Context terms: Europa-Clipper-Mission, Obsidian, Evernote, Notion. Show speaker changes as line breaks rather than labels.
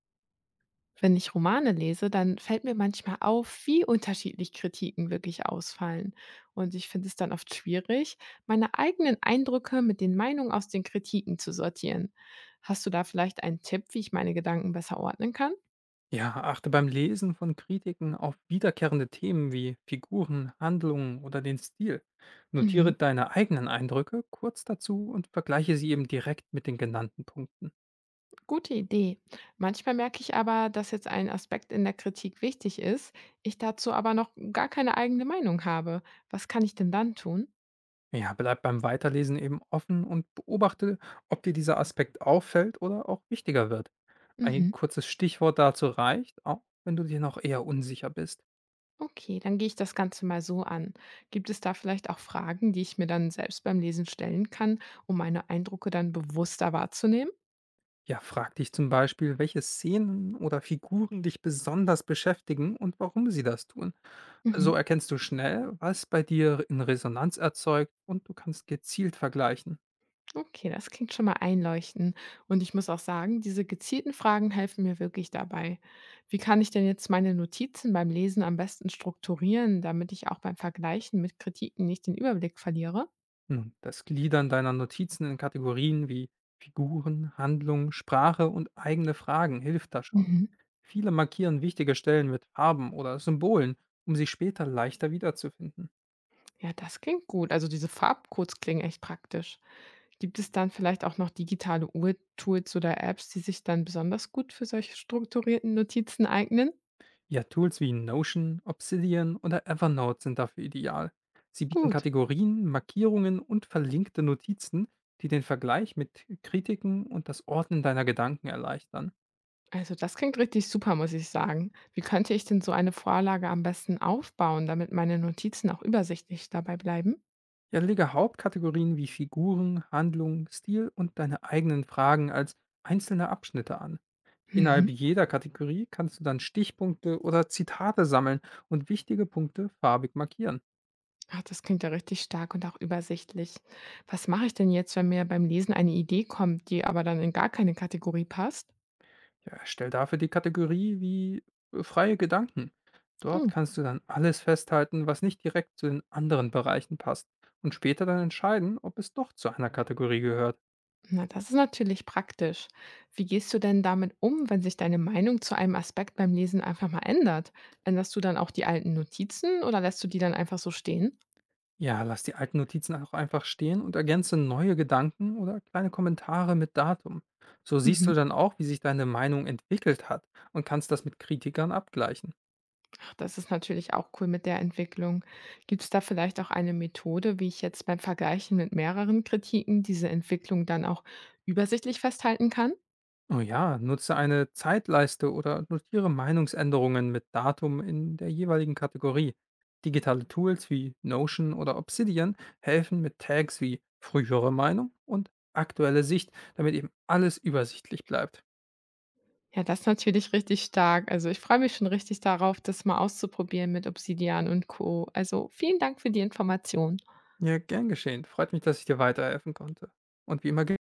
Wenn ich Romane lese, dann fällt mir manchmal auf, wie unterschiedlich Kritiken wirklich ausfallen. Und ich finde es dann oft schwierig, meine eigenen Eindrücke mit den Meinungen aus den Kritiken zu sortieren. Hast du da vielleicht einen Tipp, wie ich meine Gedanken besser ordnen kann?
Ja, achte beim Lesen von Kritiken auf wiederkehrende Themen wie Figuren, Handlungen oder den Stil. Notiere
Mhm.
deine eigenen Eindrücke kurz dazu und vergleiche sie eben direkt mit den genannten Punkten.
Gute Idee. Manchmal merke ich aber, dass jetzt ein Aspekt in der Kritik wichtig ist, ich dazu aber noch gar keine eigene Meinung habe. Was kann ich denn dann tun?
Ja, bleib beim Weiterlesen eben offen und beobachte, ob dir dieser Aspekt auffällt oder auch wichtiger wird. Ein
Mhm.
kurzes Stichwort dazu reicht, auch wenn du dir noch eher unsicher bist.
Okay, dann gehe ich das Ganze mal so an. Gibt es da vielleicht auch Fragen, die ich mir dann selbst beim Lesen stellen kann, um meine Eindrücke dann bewusster wahrzunehmen?
Ja, frag dich zum Beispiel, welche Szenen oder Figuren dich besonders beschäftigen und warum sie das tun.
Mhm.
So erkennst du schnell, was bei dir in Resonanz erzeugt und du kannst gezielt vergleichen.
Okay, das klingt schon mal einleuchtend. Und ich muss auch sagen, diese gezielten Fragen helfen mir wirklich dabei. Wie kann ich denn jetzt meine Notizen beim Lesen am besten strukturieren, damit ich auch beim Vergleichen mit Kritiken nicht den Überblick verliere?
Nun, das Gliedern deiner Notizen in Kategorien wie Figuren, Handlung, Sprache und eigene Fragen hilft da schon.
Mhm.
Viele markieren wichtige Stellen mit Farben oder Symbolen, um sie später leichter wiederzufinden.
Ja, das klingt gut. Also diese Farbcodes klingen echt praktisch. Gibt es dann vielleicht auch noch digitale Uhr-Tools oder Apps, die sich dann besonders gut für solche strukturierten Notizen eignen?
Ja, Tools wie Notion, Obsidian oder Evernote sind dafür ideal. Sie bieten
Gut.
Kategorien, Markierungen und verlinkte Notizen, die den Vergleich mit Kritiken und das Ordnen deiner Gedanken erleichtern.
Also das klingt richtig super, muss ich sagen. Wie könnte ich denn so eine Vorlage am besten aufbauen, damit meine Notizen auch übersichtlich dabei bleiben?
Ja, lege Hauptkategorien wie Figuren, Handlung, Stil und deine eigenen Fragen als einzelne Abschnitte an. Innerhalb
Mhm.
jeder Kategorie kannst du dann Stichpunkte oder Zitate sammeln und wichtige Punkte farbig markieren.
Ach, das klingt ja richtig stark und auch übersichtlich. Was mache ich denn jetzt, wenn mir beim Lesen eine Idee kommt, die aber dann in gar keine Kategorie passt?
Ja, erstell dafür die Kategorie wie freie Gedanken. Dort
Oh.
kannst du dann alles festhalten, was nicht direkt zu den anderen Bereichen passt und später dann entscheiden, ob es doch zu einer Kategorie gehört.
Na, das ist natürlich praktisch. Wie gehst du denn damit um, wenn sich deine Meinung zu einem Aspekt beim Lesen einfach mal ändert? Änderst du dann auch die alten Notizen oder lässt du die dann einfach so stehen?
Ja, lass die alten Notizen auch einfach stehen und ergänze neue Gedanken oder kleine Kommentare mit Datum. So siehst
Mhm.
du dann auch, wie sich deine Meinung entwickelt hat und kannst das mit Kritikern abgleichen.
Ach, das ist natürlich auch cool mit der Entwicklung. Gibt es da vielleicht auch eine Methode, wie ich jetzt beim Vergleichen mit mehreren Kritiken diese Entwicklung dann auch übersichtlich festhalten kann?
Oh ja, nutze eine Zeitleiste oder notiere Meinungsänderungen mit Datum in der jeweiligen Kategorie. Digitale Tools wie Notion oder Obsidian helfen mit Tags wie frühere Meinung und aktuelle Sicht, damit eben alles übersichtlich bleibt.
Ja, das ist natürlich richtig stark. Also ich freue mich schon richtig darauf, das mal auszuprobieren mit Obsidian und Co. Also vielen Dank für die Information.
Ja, gern geschehen. Freut mich, dass ich dir weiterhelfen konnte. Und wie immer